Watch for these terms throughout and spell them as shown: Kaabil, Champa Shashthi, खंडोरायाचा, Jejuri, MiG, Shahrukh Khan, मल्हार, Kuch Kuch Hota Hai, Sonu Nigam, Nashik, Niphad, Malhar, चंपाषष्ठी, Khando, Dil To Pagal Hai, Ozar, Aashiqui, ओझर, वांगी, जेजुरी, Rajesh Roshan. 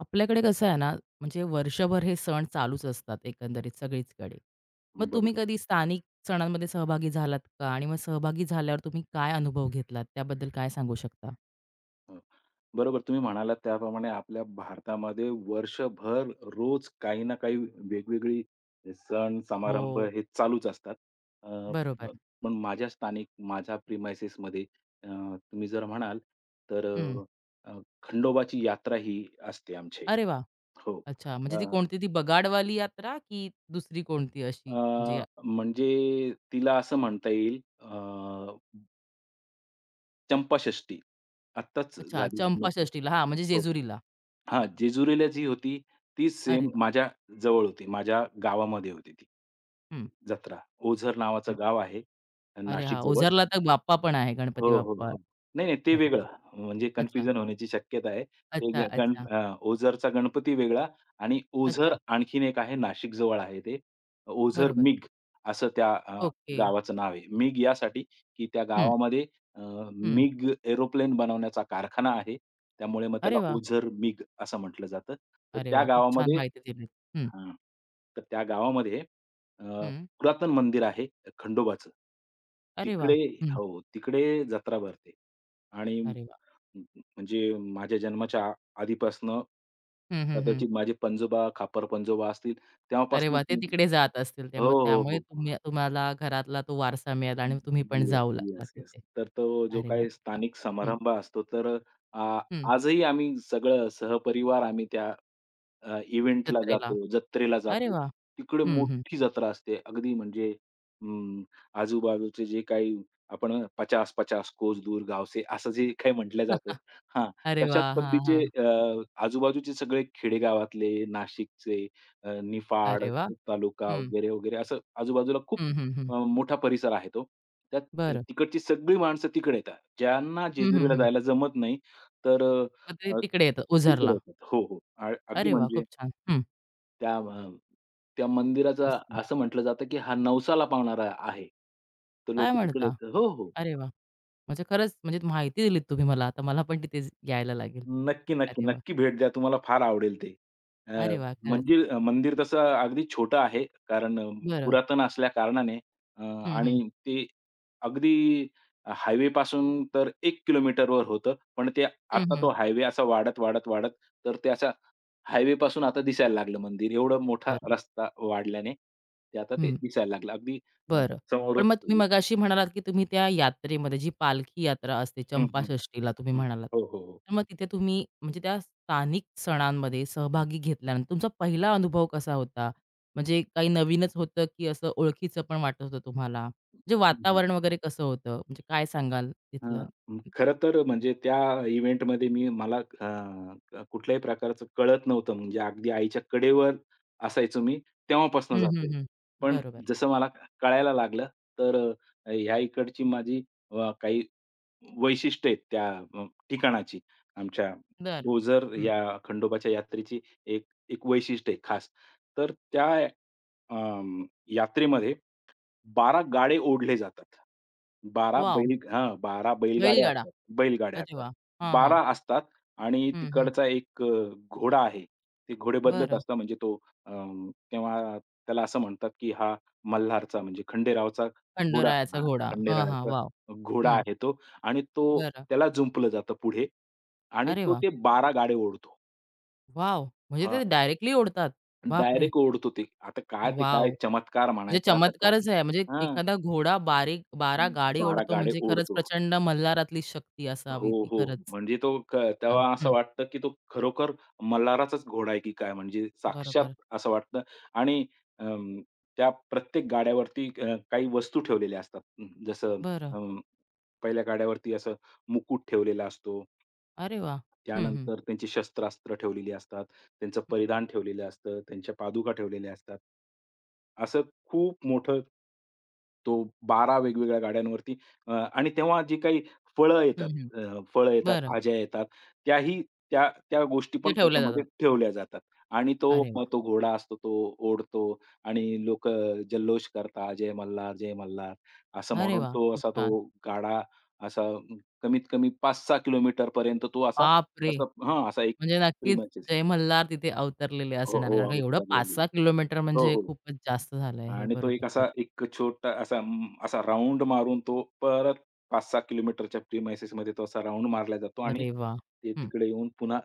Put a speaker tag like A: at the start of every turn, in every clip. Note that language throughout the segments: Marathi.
A: आपल्याकडे कसं आहे ना, म्हणजे वर्षभर हे सण चालूच असतात एकंदरीत सगळीचकडे. मग तुम्ही
B: बरोबर.
A: कधी स्थानिक सणांमध्ये सहभागी झालात का? आणि मग सहभागी झाल्यावर तुम्ही काय अनुभव घेतलात? त्याबद्दल काय सांगू शकता?
B: हो. बरोबर तुम्ही म्हणालात त्याप्रमाणे आपल्या भारतामध्ये वर्षभर रोज काही ना काही वेगवेगळी सण, समारंभ
A: हो,
B: हे चालूच असतात. अ,
A: बरोबर.
B: प पण माझ्या स्थानिक, माझ्या प्रिमाइसेसमध्ये, अ, तुम्ही जर म्हणाल तर
A: हं.
B: अ, खंडोबाची यात्रा ही असते आमच्या इथे.
A: अरे वा.
B: हो.
A: अच्छा, म्हणजे ती
B: अ,
A: कोणती ती बगाडवाली यात्रा की दुसरी कोणती अशी म्हणजे
B: अ, म्हणजे तिला असं म्हणता येईल. चंपाषष्ठी आत्ताच
A: अच्छा,
B: झाली नुकतीच.
A: चंपाषष्ठीला हां, म्हणजे
B: हो.
A: जेजुरीला.
B: हां, जेजुरीला जी होती, ती
A: अरे
B: सेम
A: वाह!
B: माझ्या जवळ होती. माझ्या गावामध्ये होती ती
A: हं,
B: जत्रा. ओझर
A: हं.
B: नावाचं गाव आहे
A: अरे हां,
B: नाशिकजवळ.
A: ओझरला तर बाप्पा पण आहे,
B: हो,
A: गणपती
B: हो,
A: बाप्पा.
B: हो. नाही, नाही, ते वेगळं.
A: बरोबर.
B: म्हणजे
A: अच्छा,
B: कन्फ्युजन होण्याची शक्यता आहे. ते
A: अच्छा,
B: ग गण
A: अच्छा,
B: अ, ओझरचा गणपती वेगळा आणि ओझर
A: अच्छा.
B: आणखीन एक आहे, नाशिकजवळ आहे ते. ओझर
A: बरोबर.
B: मिग असं त्या अ,
A: ओके.
B: गावाचं नाव आहे. मिग यासाठी की त्या
A: हं,
B: गावामध्ये अ,
A: हं.
B: मिग एरोप्लेन बनवण्याचा कारखाना आहे. त्यामुळे मग त्याला
A: अरे वाह!
B: ओझर मिग असं म्हटलं जातं. तर
A: अरे
B: त्या
A: वाह! खूप छान
B: गावामध्ये
A: माहिती दिलीत. हं,
B: हां. तर त्या गावामध्ये अ,
A: हं.
B: पुरातन मंदिर आहे खंडोबाचं.
A: अरे
B: तिकडे,
A: वाह! हं.
B: हो, तिकडे जत्रा भरते आणि
A: अरे वाह!
B: म्हणजे माझ्या जन्माच्या आधीपासनं,
A: हं, हं, हं.
B: कदाचित माझे पंजोबा, खापर पंजोबा असतील
A: अरे
B: तेव्हापासून
A: वाह! ते
B: ती.
A: तिकडे जात असतील ते.
B: हो,
A: मग
B: हो,
A: त्यामुळे
B: हो.
A: तुम्ही तुम्हाला घरातला तो वारसा मिळाला आणि तुम्ही पण
B: येस,
A: जाऊ लागलात
B: येस, येस.
A: तिथे.
B: तर तो जो
A: अरे वाह!
B: काही
A: खूप छान.
B: स्थानिक
A: हं,
B: समारंभ असतो, तर अ,
A: हं.
B: आजही आम्ही सगळं सहपरिवार आम्ही त्या इव्हेंटला
A: जत्रेला.
B: जातो, जत्रेला
A: अरे
B: जातो.
A: वाह!
B: तिकडे
A: हं, हं.
B: मोठी जत्रा असते. अगदी म्हणजे, अं, आजूबाजूचे जे काही आपण पचास 50 कोस दूर गावचे असं जे काही म्हटलं जातं. हां,
A: अरे
B: तशाच
A: वाह! हां,
B: पद्धतीचे
A: हां.
B: आजूबाजूचे सगळे खेडेगावातले, नाशिकचे, निफाड
A: अरे वाह!
B: तालुका
A: हं.
B: वगैरे, वगैरे, असं आजूबाजूला खूप
A: हं, हं, हं.
B: मोठा परिसर आहे तो. त्यात
A: बरं.
B: तिकडची सगळी माणसं तिकडे येतात. ज्यांना
A: हं, हं,
B: जेजुरीला
A: हं.
B: जायला जमत नाही, तर
A: मग ते
B: अ,
A: तिकडे येतं
B: तिकडे
A: ओझरला.
B: येतात. हो, हो. अगदी
A: अरे वाह!
B: म्हणजे
A: खूप छान. हं.
B: त्या, त्या मंदिराचा
A: मस्त.
B: असं म्हटलं जातं, की हा नवसाला पावणारा आहे. तर
A: काय
B: लोकं तिकडे
A: म्हणता?
B: येतात. हो, हो.
A: अरे वाह! म्हणजे खरंच म्हणजे माहिती दिलीत तुम्ही मला. आता मला पण तिथे यायला लागेल.
B: नक्की, नक्की,
A: अरे वाह!
B: नक्की भेट द्या. तुम्हाला फार आवडेल ते. अ,
A: अरे वाह! खरंच.
B: मंदिर, मंदिर तसं अगदी छोटं आहे. कारण
A: बरं.
B: पुरातन असल्या कारणाने अ,
A: हं, हं.
B: आणि ते अगदी हायवेपासून तर 1 किलोमीटरवर होतं. पण ते
A: हं,
B: आता
A: हं.
B: तो हायवे असा वाढत, वाढत, वाढत, तर त्याचा हायवेपासून आता दिसायला लागलं मंदिर. एवढा मोठा
A: बरं.
B: रस्ता वाढल्याने ते आता ते
A: हं.
B: दिसायला लागलं. अगदी अ,
A: बरं. पण
B: समोरच.
A: मग तुम्ही मगाशी म्हणालात, की तुम्ही त्या यात्रेमध्ये जी पालखी यात्रा असते
B: हं, हं,
A: चंपाषष्ठीला तुम्ही
B: हं.
A: म्हणालात.
B: हो, हो, हो.
A: तर मग तिथे तुम्ही म्हणजे त्या स्थानिक सणांमध्ये
B: हं,
A: सहभागी घेतल्यानंतर तुमचा पहिला अनुभव कसा होता? म्हणजे काही नवीनच होतं, की असं ओळखीचं पण वाटत होतं तुम्हाला? म्हणजे
B: हं, हं.
A: वातावरण वगैरे कसं होतं? म्हणजे काय सांगाल तिथलं?
B: हां, खरं तर म्हणजे त्या इव्हेंटमध्ये मी, मला कुठल्याही प्रकारचं कळत नव्हतं. म्हणजे अगदी आईच्या कडेवर असायचो मी, तेव्हापासून
A: हं, हं,
B: जातोय.
A: हं.
B: पण
A: बरोबर.
B: जसं मला कळायला लागलं, तर ह्या इकडची माझी काही वैशिष्ट्य आहेत त्या ठिकाणाची. आमच्या
A: बरं.
B: ओझर
A: हं.
B: या खंडोबाच्या यात्रेची एक एक वैशिष्ट्य आहे खास. तर त्या, अं, यात्रेमध्ये 12 गाडे ओढले जातात. 12
A: वॉव!
B: बैल, हां, 12 बैलगाड्या
A: बैलगाडा.
B: असतात. बैलगाड्या
A: अरे
B: असतात.
A: वाह! हां, हां.
B: 12 असतात आणि
A: हं, हं.
B: तिकडचा एक घोडा आहे. ते घोडे बदलत
A: बरं.
B: असतात, म्हणजे तो अ, तेव्हा त्याला असं म्हणतात, की हा मल्हारचा म्हणजे खंडेरावचा घोडा,
A: खंडोरायाचा
B: हां,
A: घोडा. हां, हां.
B: खंडेरायाचा
A: वॉव!
B: घोडा
A: हं.
B: आहे तो आणि तो
A: बरं.
B: त्याला जुंपलं जातं पुढे आणि
A: अरे
B: तो
A: वाह!
B: ते 12 गाडे ओढतो.
A: वॉव! म्हणजे
B: हां.
A: ते डायरेक्टली ओढतात. बापरे!
B: डायरेक्ट ओढतो ते. आता काय, ते
A: वॉव!
B: काय चमत्कार
A: म्हणजे
B: म्हणायचा आता, काय?
A: चमत्कारच आहे. म्हणजे
B: हां.
A: एखादा घोडा बारीक 12 गाडी
B: 12
A: ओढतो
B: गाडे
A: म्हणजे खरंच
B: ओढतो.
A: प्रचंड मल्हारातली शक्ती
B: हो,
A: असावी
B: हो.
A: ती
B: हो.
A: खरंच.
B: म्हणजे तो क
A: खूप छान.
B: तेव्हा असं
A: हं.
B: वाटतं, की तो खरोखर मल्हाराचाच घोडा आहे की काय, म्हणजे साक्षात
A: बरोबर.
B: असं वाटतं. आणि अं, त्या प्रत्येक गाड्यावरती काही वस्तू ठेवलेल्या असतात. जसं
A: बरं.
B: अं, पहिल्या गाड्यावरती असं मुकुट ठेवलेला असतो.
A: अरे वाह! हं, हं.
B: त्यानंतर त्यांची शस्त्रास्त्र ठेवलेली असतात, त्यांचं परिधान ठेवलेलं असतं, त्यांच्या पादुका ठेवलेल्या असतात. असं खूप मोठं, तो 12 वेगवेगळ्या गाड्यांवरती. आणि तेव्हा जी काही फळं
A: हं,
B: येतात,
A: हं, हं.
B: फळं येतात,
A: बरं.
B: भाज्या येतात, त्याही त्या त्या गोष्टी
A: तिथे
B: पण
A: ठेवल्या
B: त्याच्यामध्ये
A: जातात.
B: ठेवल्या जातात. आणि तो
A: अरे
B: मग
A: वाह!
B: तो घोडा असतो, तो ओढतो आणि लोकं जल्लोष करतात, "जय मल्हार, जय मल्हार" असं
A: अरे
B: म्हणून
A: वाह!
B: तो
A: खूप
B: असा
A: छान.
B: तो गाडा असा कमीत कमी 5-6 किलोमीटरपर्यंत तो असा
A: बापरे!
B: असा, हां, असा एक
A: म्हणजे
B: प्री
A: नक्कीच
B: मॅचेस.
A: जय मल्हार तिथे अवतरलेले
B: हो,
A: असणार.
B: हो.
A: कारण का एवढं
B: अवतरलेली आहे.
A: 5-6 किलोमीटर
B: हो,
A: म्हणजे हे
B: हो.
A: खूपच जास्त झालंय हे.
B: आणि तो
A: बरोबर,
B: एक असा
A: बरोबर.
B: एक छोटा असा असा राउंड मारून तो परत 5-6 किलोमीटरच्या प्रिमाइसेसमध्ये तो असा राउंड मारला जातो आणि
A: अरे वाह!
B: ते
A: हं.
B: तिकडे येऊन पुन्हा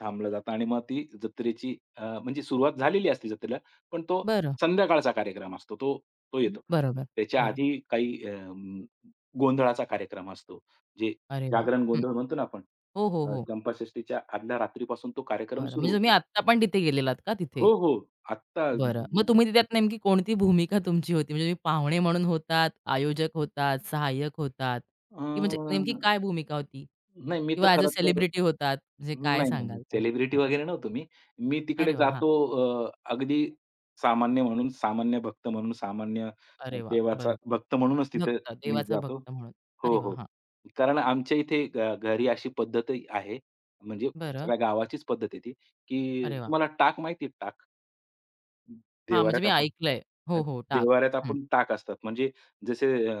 B: थांबलं जातं आणि मग ती जत्रेची म्हणजे सुरुवात झालेली असते जत्रेला, पण तो
A: बरं.
B: संध्याकाळचा कार्यक्रम असतो. तो तो
A: हं.
B: येतो.
A: बरोबर,
B: त्याच्या
A: बरं.
B: आधी काही गोंधळाचा कार्यक्रम असतो. जे
A: अरे वाह!
B: जागरण
A: हं.
B: गोंधळ म्हणतो ना आपण.
A: हो, हो, हो.
B: चंपाषष्ठीच्या आदल्या रात्रीपासून तो कार्यक्रम
A: बरं.
B: सुरू
A: म्हणजे तुम्ही
B: होतो.
A: आत्ता पण तिथे गेलेलात का तिथे?
B: हो, हो. आत्ता.
A: बरं. मग तुम्ही त्यात नेमकी कोणती भूमिका तुमची होती? म्हणजे तुम्ही पाहुणे म्हणून होतात, आयोजक होतात, सहाय्यक होतात
B: अ,
A: की म्हणजे नेमकी काय भूमिका होती?
B: नाही, मी तर
A: किंवा ॲज अ
B: खरं तर,
A: सेलिब्रिटी होतात, म्हणजे काय
B: नाही, नाही.
A: सांगाल त्यात?
B: सेलिब्रिटी
A: हो.
B: वगैरे नव्हतो मी. मी तिकडे
A: अरे वाह! हां.
B: जातो, अगदी सामान्य म्हणून, सामान्य भक्त म्हणून, सामान्य
A: अरे वाह!
B: देवाचा
A: बरोबर.
B: भक्त म्हणूनच तिथे
A: भक्त,
B: मी
A: देवाचा
B: जातो.
A: भक्त म्हणून.
B: हो,
A: अरे वाह!
B: हो.
A: हां.
B: कारण आमच्या इथे घरी अशी पद्धत आहे, म्हणजे
A: बरं.
B: सगळ्या गावाचीच पद्धत आहे ती, की
A: अरे वाह!
B: तुम्हाला टाक माहिती? टाक
A: हां, म्हणजे
B: देव्हाऱ्यात
A: मी
B: आपण,
A: ऐकलंय.
B: अ,
A: हो, हो. टाक.
B: देव्हाऱ्यात
A: हं.
B: आपण टाक असतात. म्हणजे जसे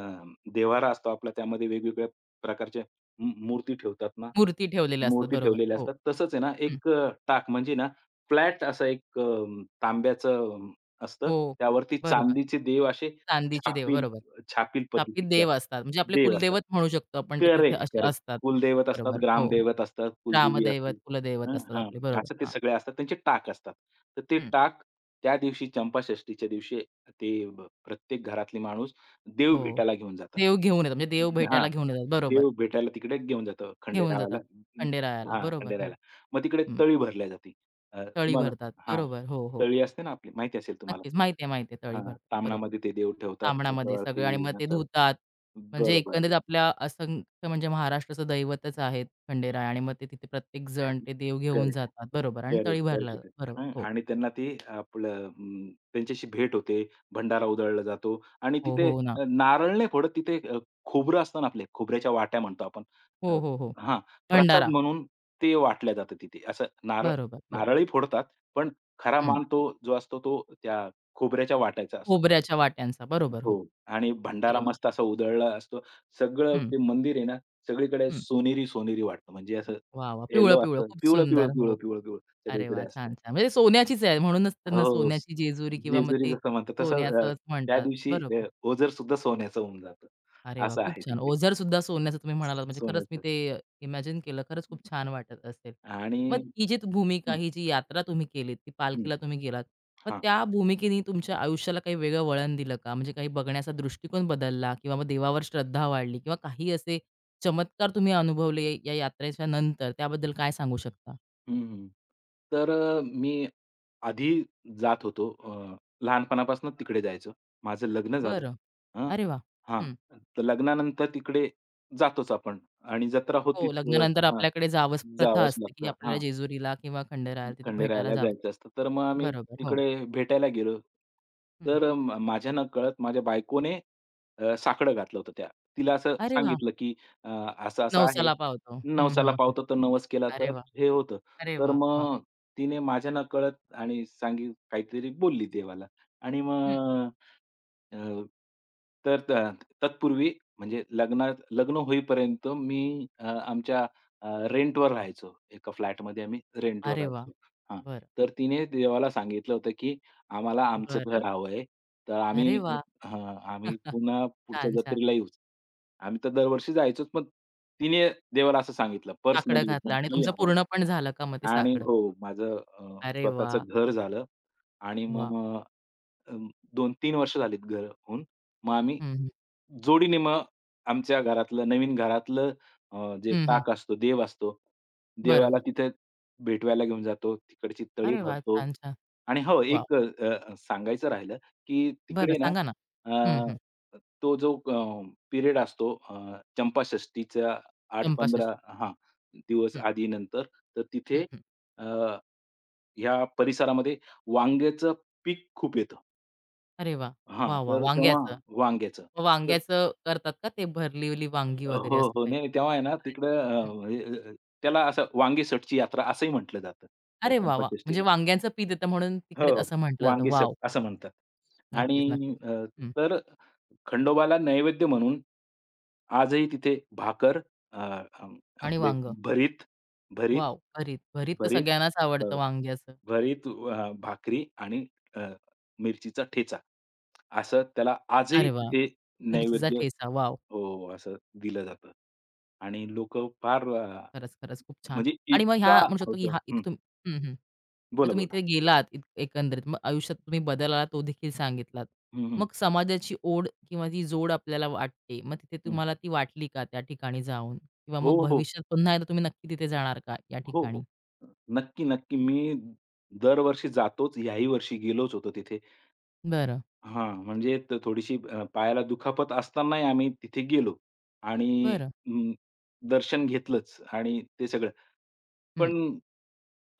B: देव्हारा असतो आपला, त्यामध्ये वेगवेगळ्या प्रकारच्या मूर्ती ठेवतात ना,
A: मूर्ती ठेवलेल्या असतात.
B: मूर्ती
A: बरोबर.
B: ठेवलेल्या
A: हो.
B: असतात. तसंच आहे ना,
A: हं.
B: एक टाक म्हणजे ना, फ्लॅट असं एक तांब्याचं, असतं.
A: हो.
B: त्यावरती
A: बरोबर.
B: चांदीचे देव असे
A: चांदीची देव.
B: छापील
A: बरोबर.
B: छापील
A: स्थापित
B: पद्धतीचे
A: देव
B: असतात.
A: असतात. म्हणजे आपले
B: देव असतात.
A: कुलदैवत म्हणू शकतो आपण ते तिथे
B: करेक्ट,
A: असे
B: करेक्ट.
A: असतात.
B: कुलदैवत असतात,
A: बरोबर. हो, हो.
B: ग्रामदैवत असतात, कुलदेवी असते.
A: ग्रामदैवत, कुलदैवत
B: हं,
A: असतात
B: हां.
A: आपले. बरोबर.
B: असं ते
A: हां.
B: सगळे असतात. त्यांचे टाक असतात. तर ते
A: हं.
B: टाक त्या दिवशी चंपाषष्ठीच्या दिवशी, ते प्रत्येक घरातली माणूस देव
A: हो.
B: भेटायला घेऊन जातात.
A: देव घेऊन येतात. म्हणजे देव
B: हां.
A: भेटायला घेऊन येतात.
B: देव
A: बरोबर.
B: भेटायला तिकडे घेऊन जातो
A: घेऊन
B: खंडेरावाला.
A: जातात
B: अं,
A: खंडेरायाला.
B: हां,
A: बरोबर. हो.
B: खंडेरायाला. मग तिकडे
A: हं.
B: तळी भरल्या जाते.
A: तळी
B: तुम्हाला,
A: भरतात.
B: हां,
A: बरोबर. हो, हो.
B: तळी असते ना, आपली माहिती असेल तुम्हाला.
A: नक्कीच. माहिती आहे, माहिती आहे. तळी
B: हां,
A: भरतात. बरोबर.
B: ताम्हणामध्ये ते देव ठेवतात
A: साबणामध्ये सगळं
B: त्याच्यावरती
A: आणि मग ते
B: नंतर.
A: धुतात. म्हणजे
B: बरोबर.
A: एकंदरीत आपल्या असंख्य म्हणजे महाराष्ट्राचं दैवतच आहेत खंडेराय आणि मग ते तिथे प्रत्येक जण ते देव घेऊन
B: करेक्ट.
A: जातात. बरोबर आणि तळी
B: करेक्ट,
A: भरला
B: करेक्ट.
A: जातो. बरोबर.
B: हां,
A: हो.
B: आणि त्यांना ते आपलं, त्यांच्याशी भेट होते, भंडारा उधळला जातो आणि
A: हो,
B: तिथे
A: हो ना.
B: नारळ नाही फोडत तिथे, खोबरं असतं ना आपले, खोबऱ्याच्या वाट्या म्हणतो आपण.
A: हो,
B: अ,
A: हो, हो.
B: हां, प्रसाद
A: भंडारा.
B: म्हणून ते वाटलं जातं तिथे. असं नारळ,
A: बरोबर. हो.
B: नारळही फोडतात, पण खरा
A: हं.
B: मान तो जो असतो तो त्या खोबऱ्याच्या वाटायचा असतो.
A: खोबऱ्याच्या वाट्यांचा. बरोबर.
B: हो.
A: हो.
B: आणि
A: अरे
B: भंडारा
A: वाह!
B: मस्त असा उधळला असतो. सगळं
A: हं,
B: ते मंदिर आहे ना, सगळीकडे
A: हं.
B: सोनेरी-सोनेरी वाटतं. म्हणजे असं
A: वाह, वाह!
B: येलो
A: पिवळं-पिवळं
B: असतं.
A: खूप
B: पिवळं, पिवळं,
A: सुंदर.
B: पिवळं,
A: हो.
B: पिवळं, पिवळं
A: अरे
B: सगळीकडे
A: वाह!
B: असतं.
A: छान, छान. म्हणजे सोन्याचीच आहे म्हणूनच त्यांना
B: हो.
A: सोन्याची जेजुरी किंवा मग
B: जेजुरी
A: ते
B: जसं म्हणतात तसं,
A: सोन्याचंच
B: त्या
A: म्हणतात.
B: दिवशी
A: बरोबर.
B: ओझर सुद्धा सोन्याचं होऊन जातं.
A: अरे वा,
B: असं
A: खूप
B: आहे
A: छान.
B: तिकडे.
A: ओझर सुद्धा सोन्याचं तुम्ही म्हणालात म्हणजे खरंच मी
B: सोन्याचं.
A: ते इमॅजिन केलं. खरंच खूप छान वाटत असेल.
B: आणि
A: मग ही जी भूमिका,
B: हं,
A: ही जी यात्रा तुम्ही केलीत, ती
B: हं.
A: पालखीला तुम्ही गेलात. मग
B: हां.
A: त्या भूमिकेने तुमच्या आयुष्याला काही वेगळं वळण दिलं का? म्हणजे काही बघण्याचा दृष्टिकोन बदलला किंवा मग देवावर श्रद्धा वाढली किंवा काही असे चमत्कार तुम्ही अनुभवले या यात्रेच्या नंतर त्याबद्दल काय सांगू शकता?
B: हं, हं. तर मी आधी जात होतो. लहानपणापासून तिकडे जायचो. माझं लग्न झालं.
A: बरं.
B: हं.
A: अरे वाह!
B: हां.
A: हं.
B: तर लग्नानंतर तिकडे जातोच आपण आणि जत्रा
A: हो,
B: होतीच.
A: लग्नानंतर
B: हां.
A: आपल्याकडे जावंच प्रथा
B: जावंच
A: असते, की
B: लागतं.
A: आपल्याला जेजुरीला किंवा खंडेरायाला तिथे भेटायला
B: खंडेरायाला
A: जावं.
B: जायचं असतं. तर मग आम्ही
A: बरोबर. हो.
B: तिकडे भेटायला गेलो.
A: हं.
B: तर माझ्या नकळत माझ्या बायकोने साकडं घातलं होतं त्या. तिला असं
A: अरे वाह!
B: सांगितलं, की अ, असं-असं आहे.
A: नवसाला पावतो. हं,
B: नवसाला
A: हं, हं.
B: पावतो, तर नवस केला
A: अरे
B: तर
A: वाह!
B: हे होतं.
A: अरे
B: तर
A: वाह! वाह!
B: मग तिने माझ्या नकळत आणि सांगी काहीतरी बोलली देवाला आणि
A: हं.
B: मग, अ, तर तत्पूर्वी म्हणजे लग्नात, लग्न होईपर्यंत मी आमच्या अ, रेंटवर राहायचो. एका फ्लॅटमध्ये आम्ही रेंटवर
A: अरे वाह!
B: राहायचो. हां.
A: बरं,
B: तर तिने देवाला सांगितलं होतं, की आम्हाला आमचं घर
A: बरं.
B: हवंय. तर
A: अरे
B: आम्ही,
A: वाह!
B: हां, आम्ही पुन्हा पुढच्या
A: छान, छान.
B: जत्रेला येऊच. आम्ही तर दरवर्षी जायचोच, पण तिने देवाला असं सांगितलं
A: साकडं
B: पर्सनली
A: घातलं
B: एकदम,
A: आणि
B: की
A: तुमचं पूर्ण पण झालं का मग ते
B: आणि
A: साकडं?
B: हो, माझं
A: अरे
B: स्वतःचं
A: वाह!
B: घर झालं. आणि मग
A: वाह!
B: अ, 2-3 वर्ष झालीत घर होऊन. मग आम्ही
A: हं, हं.
B: जोडीने मग आमच्या घरातलं, नवीन घरातलं जे
A: हं, हं.
B: टाक असतो, देव असतो. देवाला
A: बरोबर.
B: तिथे भेटवायला घेऊन जातो. तिकडची तळी
A: अरे वाह!
B: भरतो.
A: छान, छान.
B: आणि हो,
A: वाह!
B: एक अ, अ, सांगायचं राहिलं, की
A: बरं
B: तिकडे ना
A: सांगा ना? हं, हं.
B: तो जो पिरियड असतो, चंपाषष्ठीच्या 8
A: चंपाषष्ठी.
B: 15, हां, दिवस
A: हं,
B: आधी-नंतर, तर तिथे
A: हं, हं.
B: अ, ह्या परिसरामध्ये वांग्याचं पीक खूप येतं.
A: अरे वाह!
B: हां,
A: वाह, वाह!
B: तर तेव्हा
A: वांग्याचं.
B: वांग्याचं.
A: मग वांग्याचं करतात का ते भरलेली वांगी वगैरे
B: हो,
A: असं
B: हो.
A: काही?
B: नाही, नाही. तेव्हा आहे ना तिकडं,
A: हं.
B: त्याला असं वांगीसटची यात्रा असंही म्हटलं जातं, त्या
A: अरे वाह, वाह! म्हणजे
B: चंपाषष्ठीला.
A: वांग्यांचं पीठ येतं म्हणून
B: हो,
A: तिकडे असं म्हटलं जातं.
B: वांगीसट
A: वॉव!
B: असं म्हणतात.
A: नक्कीच, नक्कीच.
B: आणि
A: हं.
B: तर खंडोबाला नैवेद्य म्हणून आजही तिथे भाकर, अ, अं,
A: आणि
B: आपले
A: वांगं.
B: भरीत, भरीत,
A: वॉव! भरीत. भरीत तर
B: भरीत
A: सगळ्यांनाच
B: हो,
A: आवडतं वांग्याचं.
B: भरीत भाकरी आणि अ, मिरचीचा ठेचा असं त्याला आजही
A: अरे वाह!
B: तिथे
A: मिरचीचा
B: नैवेद्य,
A: ठेचा. वॉव!
B: हो, असं दिलं जातं. आणि लोकं फार,
A: खरंच, खरंच खूप छान.
B: म्हणजे
A: आणि मग ह्या
B: इतका
A: म्हणू शकतो, की
B: होतं.
A: हा इथे
B: हं.
A: तुम्ही हं, हं. म्हणजे
B: बोला,
A: तुम्ही
B: बोला.
A: इथे गेलात एकंदरीत. मग आयुष्यात तुम्ही बदल आला तो देखील सांगितलात.
B: हं, हं.
A: मग समाजाची ओढ किंवा ती जोड आपल्याला वाटते. मग तिथे
B: हं.
A: तुम्हाला ती वाटली का त्या ठिकाणी जाऊन? किंवा मग
B: हो, हो.
A: भविष्यात पुन्हा एकदा तुम्ही नक्की तिथे जाणार का या
B: हो,
A: ठिकाणी?
B: हो. नक्की, नक्की. मी दरवर्षी जातोच. याही वर्षी गेलोच होतो तिथे.
A: बरं,
B: हां, म्हणजे, थोडीशी पायाला दुखापत असतानाही आम्ही तिथे गेलो आणि
A: बरं.
B: अं, दर्शन घेतलंच आणि ते सगळं. पण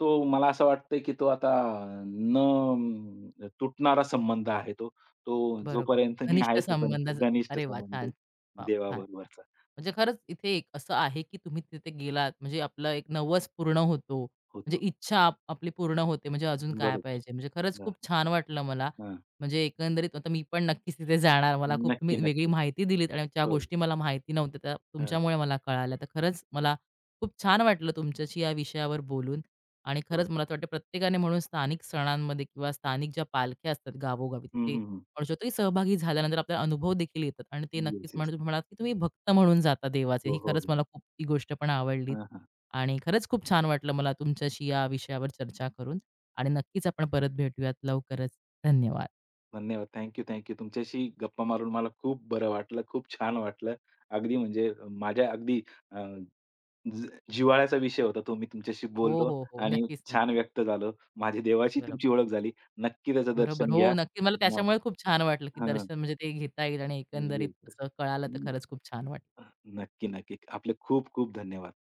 B: तो मला असं वाटतंय, की तो आता न तुटणारा संबंध आहे तो. तो
A: बरोबर.
B: जोपर्यंत मी
A: घनिष्ठ
B: आहे
A: संबंध
B: तोपर्यंत घनिष्ठ
A: अरे वाह!
B: संबंध
A: छान. वॉव! छान, छान.
B: देवाबरोबरचा
A: म्हणजे खरंच इथे एक असं आहे, की तुम्ही तिथे गेलात म्हणजे आपला एक नवस पूर्ण होतो. म्हणजे
B: होतो.
A: इच्छा आपली पूर्ण होते म्हणजे अजून काय
B: बरोबर.
A: पाहिजे. म्हणजे खरंच
B: हां,
A: खूप छान वाटलं मला.
B: हां.
A: म्हणजे एकंदरीत आता मी पण नक्कीच तिथे जाणार. मला खूप तुम्ही
B: नक्की,
A: वेगळी
B: नक्की.
A: माहिती दिलीत आणि ज्या
B: हो.
A: गोष्टी मला माहिती नव्हत्या त्या
B: हां,
A: तुमच्यामुळे मला कळाल्या. तर खरंच मला खूप छान वाटलं तुमच्याशी या विषयावर बोलून आणि खरंच
B: हो.
A: मला तर वाटतं प्रत्येकाने म्हणून स्थानिक सणांमध्ये किंवा स्थानिक ज्या पालख्या असतात गावोगावी
B: हं,
A: तिथे
B: हं, हं.
A: आपण म्हणू शकतो की सहभागी झाल्यानंतर आपल्याला अनुभव देखील येतात आणि ते नक्कीच
B: येस, येस.
A: म्हणून तुम्ही म्हणालात की तुम्ही भक्त म्हणून जाता देवाचे.
B: हो,
A: ही
B: हो,
A: खरंच
B: हो.
A: मला खूप ही गोष्ट पण आवडली
B: हां, हां.
A: आणि खरंच खूप छान वाटलं मला तुमच्याशी या विषयावर चर्चा करून आणि नक्कीच आपण परत भेटूयात लवकरच. धन्यवाद.
B: धन्यवाद. Thank you, thank you. तुमच्याशी गप्पा मारून मला खूप बरं वाटलं. खूप छान वाटलं. अगदी म्हणजे माझ्या अगदी अ, जी जिव्हाळ्याचा विषय होता तो. मी तुमच्याशी
A: हो,
B: बोललो
A: हो, हो.
B: आणि
A: नक्कीच,
B: छान
A: नक्कीच.
B: व्यक्त झालो. माझी देवाशी
A: बरोबर.
B: तुमची ओळख झाली. नक्की त्याचं
A: बरोबर.
B: दर्शन
A: हो,
B: घ्या.
A: नक्की. मला
B: हां,
A: त्याच्यामुळे खूप छान वाटलं की
B: हां.
A: दर्शन म्हणजे ते घेता येईल आणि एकंदरीत
B: येस, येस.
A: असं कळालं तर
B: न
A: खरंच खूप छान वाटलं.
B: नक्की, नक्की. आपले खूप खूप धन्यवाद.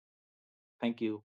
B: Thank you.